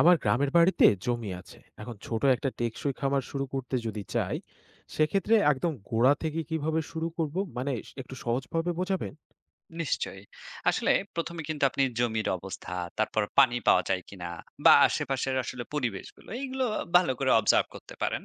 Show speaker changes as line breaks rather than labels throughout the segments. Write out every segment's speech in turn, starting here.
আমার গ্রামের বাড়িতে জমি আছে। এখন ছোট একটা টেকসই খামার শুরু করতে যদি চাই, সেক্ষেত্রে একদম গোড়া থেকে কিভাবে শুরু করব, মানে একটু সহজভাবে বোঝাবেন?
নিশ্চয়ই। আসলে ১ম এ কিন্তু আপনি জমির অবস্থা, তারপর পানি পাওয়া যায় কিনা বা আশেপাশের আসলে পরিবেশগুলো, এইগুলো ভালো করে অবজার্ভ করতে পারেন।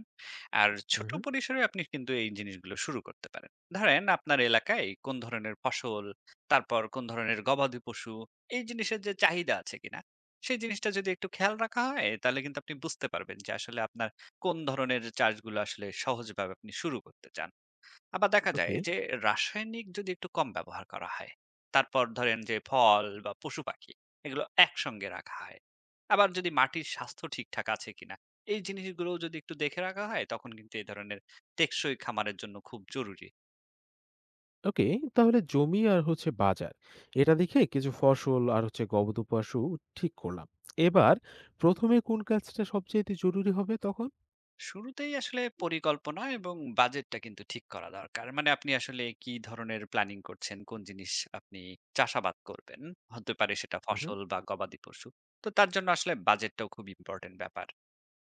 আর ছোট
হুম।
পরিসরে আপনি কিন্তু এই জিনিসগুলো শুরু করতে পারেন। ধরেন আপনার এলাকায় কোন ধরনের ফসল, তারপর কোন ধরনের গবাদি পশু, এই জিনিসের যে চাহিদা আছে কিনা, সেই জিনিসটা যদি একটু খেয়াল রাখা হয়, তাহলে কিন্তু আপনি বুঝতে পারবেন যে আসলে আপনার কোন ধরনের চাষগুলো আসলে সহজভাবে আপনি শুরু করতে চান। আবার দেখা যায়
ওকে,
যে রাসায়নিক যদি একটু কম ব্যবহার করা হয়, তারপর ধরেন যে ফল বা পশু পাখি এগুলো একসঙ্গে রাখা হয়, আবার যদি মাটির স্বাস্থ্য ঠিকঠাক আছে কিনা এই জিনিসগুলো যদি একটু দেখে রাখা হয় তখন কিন্তু এই ধরনের টেকসই খামারের জন্য খুব জরুরি।
ওকে, তাহলে জমি আর হচ্ছে বাজার, এটা দেখে কিছু ফসল আর হচ্ছে গবাদিপশু ঠিক করলাম। এবার প্রথমে কোন কাজটা সবচেয়ে জরুরি হবে তখন?
শুরুতেই আসলে পরিকল্পনা এবং বাজেটটা কিন্তু ঠিক করা দরকার। মানে আপনি আসলে কি ধরনের প্ল্যানিং করছেন, কোন জিনিস আপনি চাষাবাদ করবেন, হতে পারে সেটা
হুম,
ফসল বা গবাদি পশু। তো তার জন্য আসলে বাজেটটাও খুব ইম্পর্টেন্ট ব্যাপার।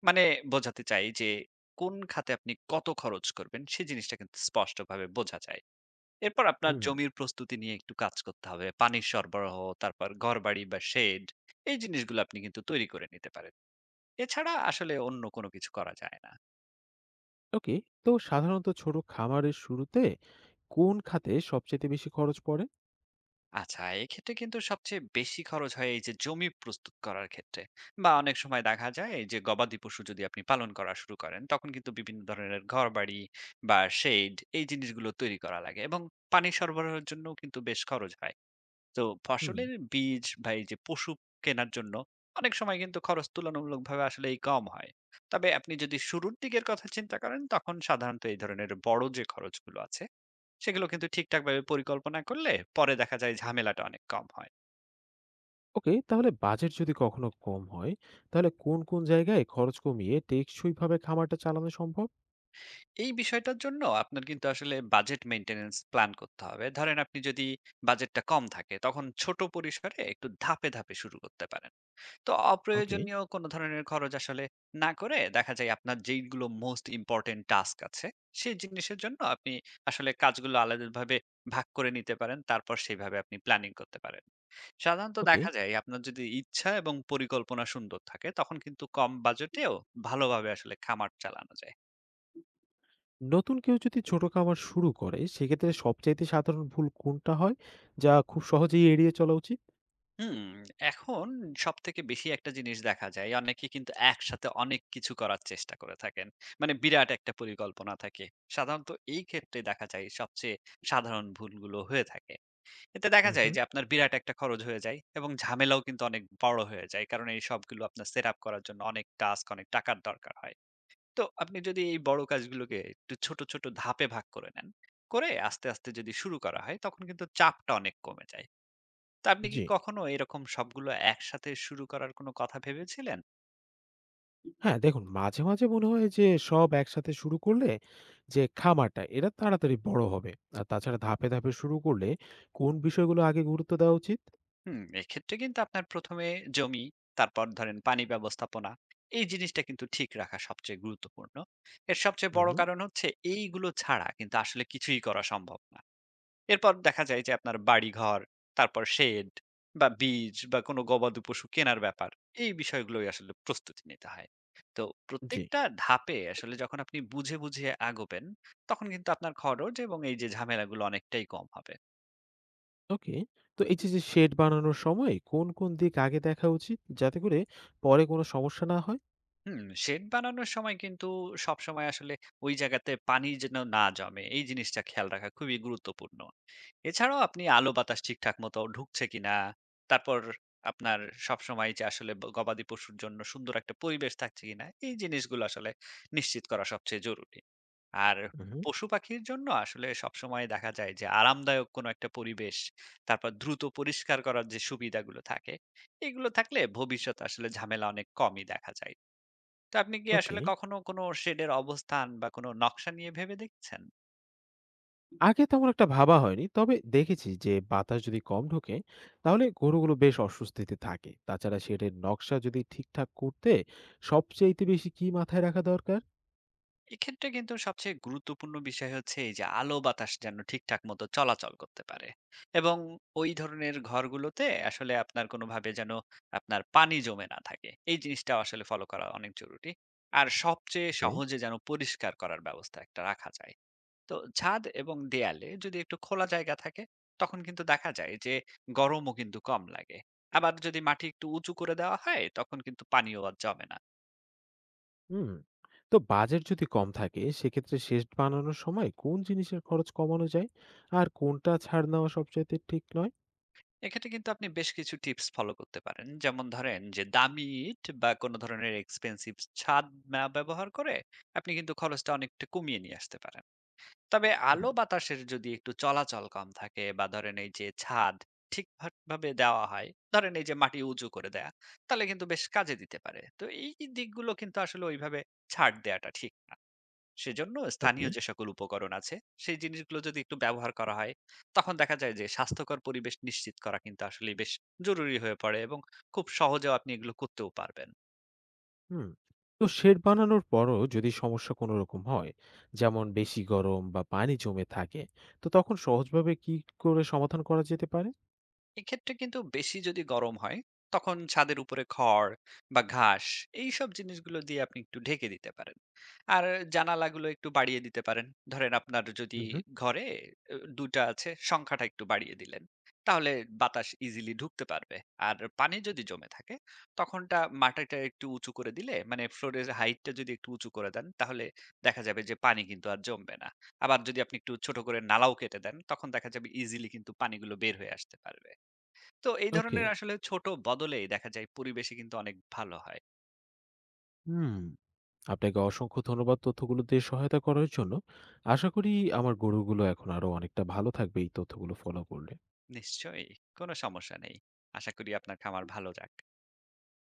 মানে বোঝাতে চাই যে কোন খাতে আপনি কত খরচ করবেন সেই জিনিসটা কিন্তু স্পষ্টভাবে বোঝা যায়। এরপর আপনার
হুম।
জমির প্রস্তুতি নিয়ে একটু কাজ করতে হবে। পানির সরবরাহ, তারপর ঘরবাড়ি বা শেড, এই জিনিসগুলো আপনি কিন্তু তৈরি করে নিতে পারেন। এছাড়া আসলে অন্য কোনো কিছু করা যায় না।
ওকে, তো সাধারণত ছোট খামারের শুরুতে কোন খাতে সবচেয়ে বেশি খরচ পড়ে?
আচ্ছা, এক্ষেত্রে কিন্তু সবচেয়ে বেশি খরচ হয় এই যে জমি প্রস্তুত করার ক্ষেত্রে, বা অনেক সময় দেখা যায় এই যে গবাদি পশু যদি আপনি পালন করা শুরু করেন তখন কিন্তু বিভিন্ন ধরনের ঘরবাড়ি বা শেড এই জিনিসগুলো তৈরি করা লাগে, এবং পানি সরবরাহের জন্য কিন্তু বেশ খরচ হয়। তো
হুম।
ফসলের বীজ বা এই যে পশু কেনার জন্য অনেক সময় কিন্তু খরচ তুলনামূলকভাবে আসলে এই কম হয়। তবে আপনি যদি শুরুর দিকের কথা চিন্তা করেন তখন সাধারণত এই ধরনের বড় যে খরচগুলো আছে সেগুলো কিন্তু ঠিকঠাকভাবে পরিকল্পনা করলে পরে দেখা যায় ঝামেলাটা অনেক কম হয়।
ওকে, তাহলে বাজেট যদি কখনো কম হয়, তাহলে কোন কোন জায়গায় খরচ কমিয়ে টেকসইভাবে খামারটা চালানো সম্ভব?
এই বিষয়টার জন্য আপনার কিন্তু আসলে বাজেট মেইনটেন্যান্স প্ল্যান করতে হবে। ধরেন আপনি যদি বাজেটটা কম থাকে তখন ছোট পরিসরে একটু ধাপে, ধাপে শুরু করতে পারেন। তো
ওকে,
অপ্রয়োজনীয় কোনো ধরনের খরচ আসলে না করে দেখা যায় আপনার যেইগুলো মোস্ট ইম্পোর্টেন্ট টাস্ক আছে, সেই জিনিসের জন্য আপনি আসলে কাজগুলো আলাদাভাবে ভাগ করে নিতে পারেন। তারপর সেভাবে আপনি প্ল্যানিং করতে পারেন। সাধারণত
ওকে,
দেখা যায় আপনার যদি ইচ্ছা এবং পরিকল্পনা সুন্দর থাকে তখন কিন্তু কম বাজেটেও ভালোভাবে আসলে খামার চালানো যায়।
নতুন কেউ যদি ছোট খামার শুরু করে সেক্ষেত্রে সবচাইতে সাধারণ ভুল কোনটা হয় যা খুব সহজেই এড়িয়ে চলা উচিত?
হুম। এখন সব থেকে বেশি একটা জিনিস দেখা যায়, অনেকে কিন্তু একসাথে অনেক কিছু করার চেষ্টা করে থাকেন। মানে বিরাট একটা পরিকল্পনা থাকে। সাধারণত এই ক্ষেত্রে দেখা যায় সবচেয়ে সাধারণ ভুলগুলো হয়ে থাকে। এতে দেখা যায়
হুম।
যে আপনার বিরাট একটা খরচ হয়ে যায় এবং ঝামেলাও কিন্তু অনেক বড় হয়ে যায়, কারণ এই সবগুলো আপনার সেট আপ করার জন্য অনেক টাস্ক, অনেক টাকার দরকার হয়। তো আপনি যদি এই বড় কাজগুলোকে একটু ছোট, ছোট ধাপে ভাগ করে নেন। করে আস্তে, আস্তে যদি শুরু করা হয় তখন কিন্তু চাপটা অনেক কমে যায়। তো আপনি কি
জি।
কখনো এরকম সবগুলো একসাথে শুরু করার কোনো কথা ভেবেছিলেন?
হ্যাঁ, দেখুন মাঝে, মাঝে মনে হয় যে সব একসাথে শুরু করলে যে খামারটা এটা তাড়াতাড়ি বড় হবে। আর তাছাড়া ধাপে, ধাপে শুরু করলে কোন বিষয়গুলো আগে গুরুত্ব দেওয়া উচিত?
হুম, এক্ষেত্রে কিন্তু আপনার ১ম এ জমি, তারপর ধরেন পানি ব্যবস্থাপনা, এই জিনিসটা কিন্তু ঠিক রাখা সবচেয়ে গুরুত্বপূর্ণ। এর সবচেয়ে
হুম,
বড়
হুম,
কারণ হচ্ছে এইগুলো ছাড়া কিন্তু আসলে কিছুই করা সম্ভব না। এরপর দেখা যায় যে আপনার বাড়িঘর, তারপর শেড, বা বীজ বা কোনো গবাদি পশু কেনার ব্যাপার। এই বিষয়গুলোই আসলে প্রস্তুতি নিতে হয়। তো
জি।
প্রত্যেকটা ধাপে আসলে যখন আপনি বুঝে, বুঝে আগোবেন তখন কিন্তু আপনার খরচ এবং এই যে ঝামেলাগুলো অনেকটাই কম হবে।
ওকে। তো এই যে শেড বানানোর সময় কোন, কোন দিক আগে দেখা উচিত যাতে করে পরে কোনো সমস্যা না হয়?
হুম, শেড বানানোর সময় কিন্তু সবসময় আসলে ওই জায়গাতে পানি যেন না জমে, এই জিনিসটা খেয়াল রাখা খুবই গুরুত্বপূর্ণ। এছাড়াও আপনি আলো বাতাস ঠিকঠাক মতো ঢুকছে কিনা, তারপর আপনার সবসময় যে আসলে গবাদি পশুর জন্য সুন্দর একটা পরিবেশ থাকছে কিনা, এই জিনিসগুলো আসলে নিশ্চিত করা সবচেয়ে জরুরি। আর
হুম, হুম।
পশু-পাখির জন্য আসলে সবসময় দেখা যায় যে আরামদায়ক কোনো একটা পরিবেশ, তারপর দ্রুত পরিষ্কার করার যে সুবিধাগুলো থাকে, এগুলো থাকলে ভবিষ্যতে আসলে ঝামেলা অনেক কমই দেখা যায়। তো আপনি কি
ওকে।
আসলে কখনো কোনো শেডের অবস্থান বা কোনো নকশা নিয়ে ভেবে দেখেছেন?
আগে তেমন একটা ভাবা হয়নি। তবে দেখেছি যে বাতাস যদি কম ঢোকে তাহলে গরুগুলো বেশ অস্বস্তিতে থাকে। তাছাড়া শেডের নকশা যদি ঠিকঠাক করতে সবচাইতে বেশি কি মাথায় রাখা দরকার?
এক্ষেত্রে কিন্তু সবচেয়ে গুরুত্বপূর্ণ বিষয় হচ্ছে এই যে আলো বাতাস যেন ঠিকঠাক মতো চলাচল করতে পারে, এবং ওই ধরনের ঘরগুলোতে আসলে আপনার কোনোভাবে যেন আপনার পানি জমে না থাকে। এই জিনিসটাও আসলে ফলো করা অনেক জরুরি। আর সবচেয়ে
ওকে।
সহজে যেন পরিষ্কার করার ব্যবস্থা একটা রাখা যায়। তো ছাদ এবং দেয়ালে যদি একটু খোলা জায়গা থাকে তখন কিন্তু দেখা যায় যে গরমও কিন্তু কম লাগে। আবার যদি মাটি একটু উঁচু করে দেওয়া হয় তখন কিন্তু পানিও আর জমে না।
হুম। তো বাজেট যদি কম থাকে সেক্ষেত্রে শেষ বানানোর সময় কোন জিনিসের খরচ কমানো যায় আর কোনটা ছাড় নেওয়া সবচাইতে ঠিক নয়?
এক্ষেত্রে কিন্তু আপনি বেশ কিছু টিপস ফলো করতে পারেন, যেমন ধরেন যে দামি ইট বা কোনো ধরনের এক্সপেন্সিভ ছাদ না ব্যবহার করে আপনি কিন্তু খরচটা অনেকটা কমিয়ে নিয়ে আসতে পারেন। তবে
হুম,
আলো বাতাসের যদি একটু চলাচল কম থাকে, বা ধরেন এই যে ছাদ ঠিকভাবে দেওয়া হয়, ধরেন এই যে মাটি উঁচু করে দেয়া, তাহলে কিন্তু বেশ কাজে দিতে পারে। তো এই দিকগুলো কিন্তু আসলে ওইভাবে ছাড় দেওয়াটা ঠিক না। সেজন্য
ওকে,
স্থানীয় যে সকল উপকরণ আছে সেই জিনিসগুলো যদি একটু ব্যবহার করা হয় তখন দেখা যায় যে স্বাস্থ্যকর পরিবেশ নিশ্চিত করা কিন্তু আসলে বেশ জরুরি হয়ে পড়ে, এবং খুব সহজেও আপনি এগুলো করতেও পারবেন।
হুম। তো শেড বানানোর পরও যদি সমস্যা কোনো রকম হয়, যেমন বেশি গরম বা পানি জমে থাকে, তো তখন সহজভাবে কি করে সমাধান করা যেতে পারে?
এক্ষেত্রে কিন্তু বেশি যদি গরম হয় তখন ছাদের উপরে খড় বা ঘাস, এইসব জিনিসগুলো দিয়ে আপনি একটু ঢেকে দিতে পারেন। আর জানালাগুলো একটু বাড়িয়ে দিতে পারেন। ধরেন আপনার যদি
হুম, হুম।
ঘরে দুটা আছে, সংখ্যাটা একটু বাড়িয়ে দিলেন, তাহলে বাতাস ইজিলি ঢুকতে পারবে। আর পানি যদি জমে থাকে তখনটা মাটিটা একটু উঁচু করে দিলে, মানে ফ্লোরের হাইটটা যদি একটু উঁচু করে দেন, তাহলে দেখা যাবে যে পানি কিন্তু আর জমবে না। আবার যদি আপনি একটু ছোট করে নালাও কেটে দেন তখন দেখা যাবে ইজিলি কিন্তু পানিগুলো বের হয়ে আসতে পারবে। তো এই
ওকে।
ধরনের আসলে ছোট বদলেই দেখা যায় পরিবেশে কিন্তু অনেক ভালো হয়।
হুম। আপনাকে অসংখ্য ধন্যবাদ তথ্যগুলো দিয়ে সহায়তা করার জন্য। আশা করি আমার গরুগুলো এখন আরো অনেকটা ভালো থাকবে এই তথ্যগুলো ফলো করলে।
নিশ্চয়ই, কোনো সমস্যা নেই। আশা করি আপনার খামার ভালো যাক।